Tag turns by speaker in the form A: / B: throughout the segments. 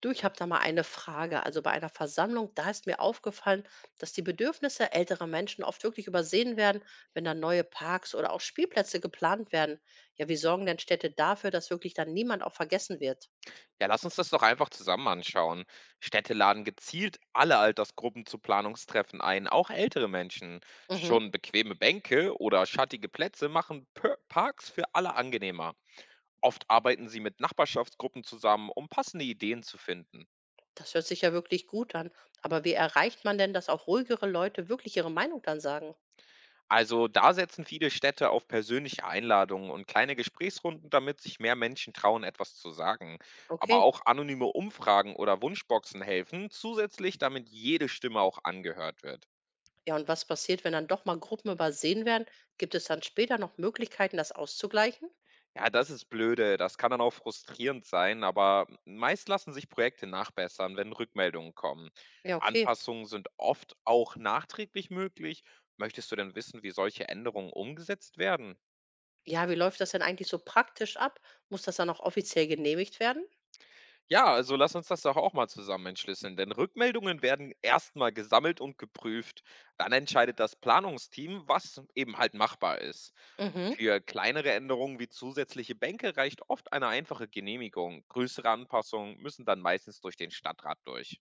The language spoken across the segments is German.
A: Du, ich habe da mal eine Frage. Also bei einer Versammlung, da ist mir aufgefallen, dass die Bedürfnisse älterer Menschen oft wirklich übersehen werden, wenn dann neue Parks oder auch Spielplätze geplant werden. Ja, wie sorgen denn Städte dafür, dass wirklich dann niemand auch vergessen wird?
B: Ja, lass uns das doch einfach zusammen anschauen. Städte laden gezielt alle Altersgruppen zu Planungstreffen ein, auch ältere Menschen.
A: Mhm,
B: Schon bequeme Bänke oder schattige Plätze machen Parks für alle angenehmer. Oft arbeiten sie mit Nachbarschaftsgruppen zusammen, um passende Ideen zu finden.
A: das hört sich ja wirklich gut an. Aber wie erreicht man denn, dass auch ruhigere Leute wirklich ihre Meinung dann sagen?
B: Also da setzen viele Städte auf persönliche Einladungen und kleine Gesprächsrunden, damit sich mehr Menschen trauen, etwas zu sagen. Aber
A: Okay.
B: auch anonyme Umfragen oder Wunschboxen helfen zusätzlich, damit jede Stimme auch angehört wird.
A: Ja, und was passiert, wenn dann doch mal Gruppen übersehen werden? Gibt es dann später noch Möglichkeiten, das auszugleichen?
B: Ja, das ist blöde. Das kann dann auch frustrierend sein, aber meist lassen sich Projekte nachbessern, wenn Rückmeldungen kommen.
A: Ja, okay.
B: Anpassungen sind oft auch nachträglich möglich. Möchtest du denn wissen, wie solche Änderungen umgesetzt werden?
A: Ja, wie läuft das denn eigentlich so praktisch ab? Muss das dann auch offiziell genehmigt werden?
B: Ja, also lass uns das doch auch mal zusammen entschlüsseln, denn Rückmeldungen werden erstmal gesammelt und geprüft. Dann entscheidet das Planungsteam, was eben halt machbar ist.
A: Mhm.
B: Für kleinere Änderungen wie zusätzliche Bänke reicht oft eine einfache Genehmigung. Größere Anpassungen müssen dann meistens durch den Stadtrat durch.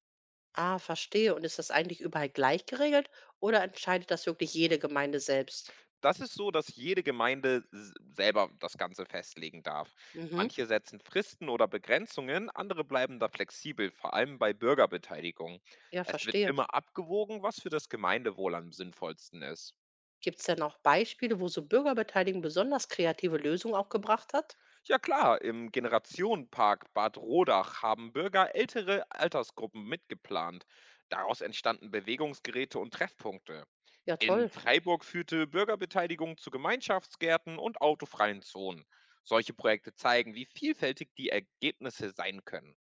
A: Ah, verstehe. Und ist das eigentlich überall gleich geregelt oder entscheidet das wirklich jede Gemeinde selbst?
B: Das ist so, dass jede Gemeinde selber das Ganze festlegen darf.
A: Mhm.
B: Manche setzen Fristen oder Begrenzungen, andere bleiben da flexibel, vor allem bei Bürgerbeteiligung.
A: Ja,
B: Es wird
A: verstehe.
B: immer abgewogen, was für das Gemeindewohl am sinnvollsten ist.
A: Gibt es denn auch Beispiele, wo so Bürgerbeteiligung besonders kreative Lösungen auch gebracht hat?
B: Ja klar, im Generationenpark Bad Rodach haben Bürger ältere Altersgruppen mitgeplant. Daraus entstanden Bewegungsgeräte und Treffpunkte.
A: Ja,
B: In
A: toll.
B: Freiburg führte Bürgerbeteiligung zu Gemeinschaftsgärten und autofreien Zonen. Solche Projekte zeigen, wie vielfältig die Ergebnisse sein können.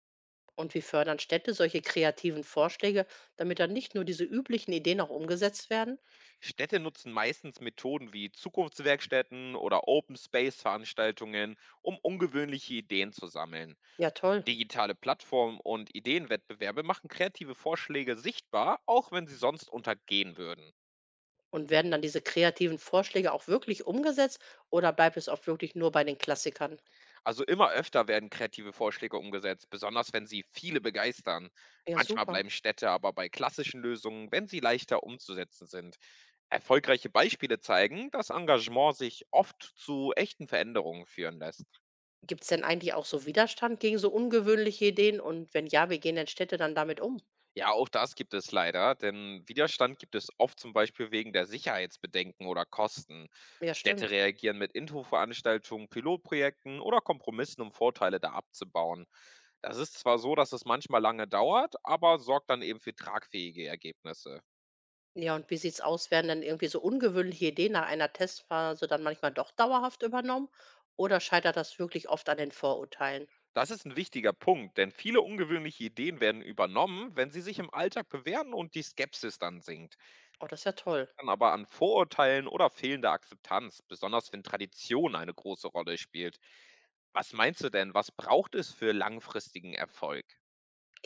A: Und wie fördern Städte solche kreativen Vorschläge, damit dann nicht nur diese üblichen Ideen auch umgesetzt werden?
B: Städte nutzen meistens Methoden wie Zukunftswerkstätten oder Open Space Veranstaltungen, um ungewöhnliche Ideen zu sammeln.
A: Ja, toll.
B: Digitale Plattformen und Ideenwettbewerbe machen kreative Vorschläge sichtbar, auch wenn sie sonst untergehen würden.
A: Und werden dann diese kreativen Vorschläge auch wirklich umgesetzt oder bleibt es oft wirklich nur bei den Klassikern?
B: Also immer öfter werden kreative Vorschläge umgesetzt, besonders wenn sie viele begeistern.
A: Ja,
B: Manchmal
A: super.
B: bleiben Städte aber bei klassischen Lösungen, wenn sie leichter umzusetzen sind. Erfolgreiche Beispiele zeigen, dass Engagement sich oft zu echten Veränderungen führen lässt.
A: Gibt es denn eigentlich auch so Widerstand gegen so ungewöhnliche Ideen? Und wenn ja, wie gehen denn Städte dann damit um?
B: Ja, auch das gibt es leider, denn Widerstand gibt es oft zum Beispiel wegen der Sicherheitsbedenken oder Kosten.
A: Ja,
B: Städte
A: stimmt.
B: reagieren mit Infoveranstaltungen, Pilotprojekten oder Kompromissen, um Vorteile da abzubauen. Das ist zwar so, dass es manchmal lange dauert, aber sorgt dann eben für tragfähige Ergebnisse.
A: Ja, und wie sieht's aus? Werden dann irgendwie so ungewöhnliche Ideen nach einer Testphase dann manchmal doch dauerhaft übernommen? Oder scheitert das wirklich oft an den Vorurteilen?
B: Das ist ein wichtiger Punkt, denn viele ungewöhnliche Ideen werden übernommen, wenn sie sich im Alltag bewähren und die Skepsis dann sinkt.
A: Oh, das ist ja toll.
B: Dann aber an Vorurteilen oder fehlender Akzeptanz, besonders wenn Tradition eine große Rolle spielt. Was meinst du denn, was braucht es für langfristigen Erfolg?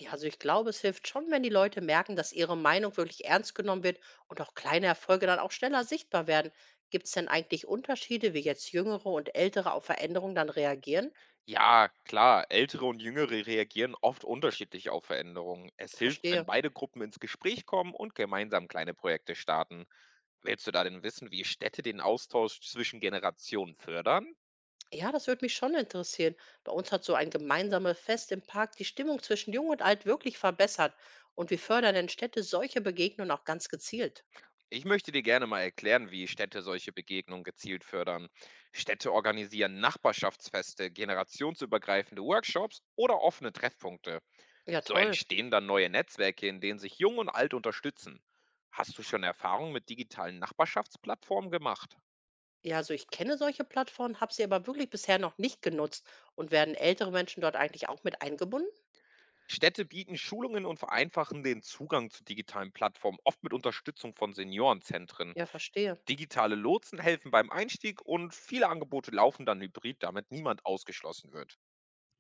A: Ja, also ich glaube, es hilft schon, wenn die Leute merken, dass ihre Meinung wirklich ernst genommen wird und auch kleine Erfolge dann auch schneller sichtbar werden. Gibt es denn eigentlich Unterschiede, wie jetzt Jüngere und Ältere auf Veränderungen dann reagieren?
B: Ja, klar, ältere und jüngere reagieren oft unterschiedlich auf Veränderungen. Es hilft, wenn
A: Verstehe.
B: beide Gruppen ins Gespräch kommen und gemeinsam kleine Projekte starten. Willst du da denn wissen, wie Städte den Austausch zwischen Generationen fördern?
A: Ja, das würde mich schon interessieren. Bei uns hat so ein gemeinsames Fest im Park die Stimmung zwischen Jung und Alt wirklich verbessert. Und wir fördern in Städte solche Begegnungen auch ganz gezielt.
B: Ich möchte dir gerne mal erklären, wie Städte solche Begegnungen gezielt fördern. Städte organisieren Nachbarschaftsfeste, generationsübergreifende Workshops oder offene Treffpunkte.
A: Ja,
B: So
A: toll.
B: entstehen dann neue Netzwerke, in denen sich Jung und Alt unterstützen. Hast du schon Erfahrungen mit digitalen Nachbarschaftsplattformen gemacht?
A: Ja, also ich kenne solche Plattformen, habe sie aber wirklich bisher noch nicht genutzt. Und werden ältere Menschen dort eigentlich auch mit eingebunden?
B: Städte bieten Schulungen und vereinfachen den Zugang zu digitalen Plattformen, oft mit Unterstützung von Seniorenzentren.
A: Ja, verstehe.
B: Digitale Lotsen helfen beim Einstieg und viele Angebote laufen dann hybrid, damit niemand ausgeschlossen wird.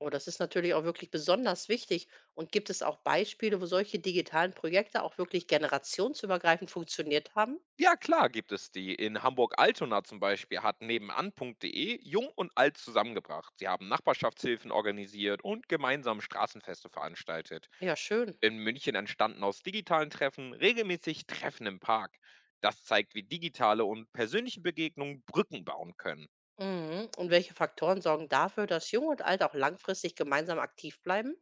A: Oh, das ist natürlich auch wirklich besonders wichtig. Und gibt es auch Beispiele, wo solche digitalen Projekte auch wirklich generationsübergreifend funktioniert haben?
B: Ja, klar gibt es die. In Hamburg-Altona zum Beispiel hat nebenan.de Jung und Alt zusammengebracht. Sie haben Nachbarschaftshilfen organisiert und gemeinsam Straßenfeste veranstaltet.
A: Ja, schön.
B: In München entstanden aus digitalen Treffen regelmäßig Treffen im Park. Das zeigt, wie digitale und persönliche Begegnungen Brücken bauen können.
A: Mhm. Und welche Faktoren sorgen dafür, dass Jung und Alt auch langfristig gemeinsam aktiv bleiben?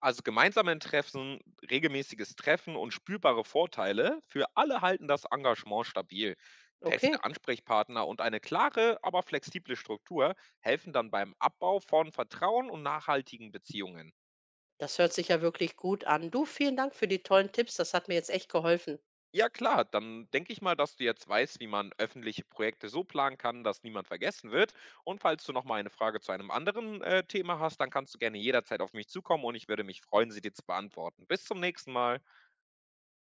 B: Also gemeinsame Treffen, regelmäßiges Treffen und spürbare Vorteile für alle halten das Engagement stabil.
A: Okay,
B: Feste Ansprechpartner und eine klare, aber flexible Struktur helfen dann beim Abbau von Vertrauen und nachhaltigen Beziehungen.
A: das hört sich ja wirklich gut an. Du, vielen Dank für die tollen Tipps. Das hat mir jetzt echt geholfen.
B: Ja klar, dann denke ich mal, dass du jetzt weißt, wie man öffentliche Projekte so planen kann, dass niemand vergessen wird. Und falls du noch mal eine Frage zu einem anderen Thema hast, dann kannst du gerne jederzeit auf mich zukommen und ich würde mich freuen, sie dir zu beantworten. Bis zum nächsten Mal.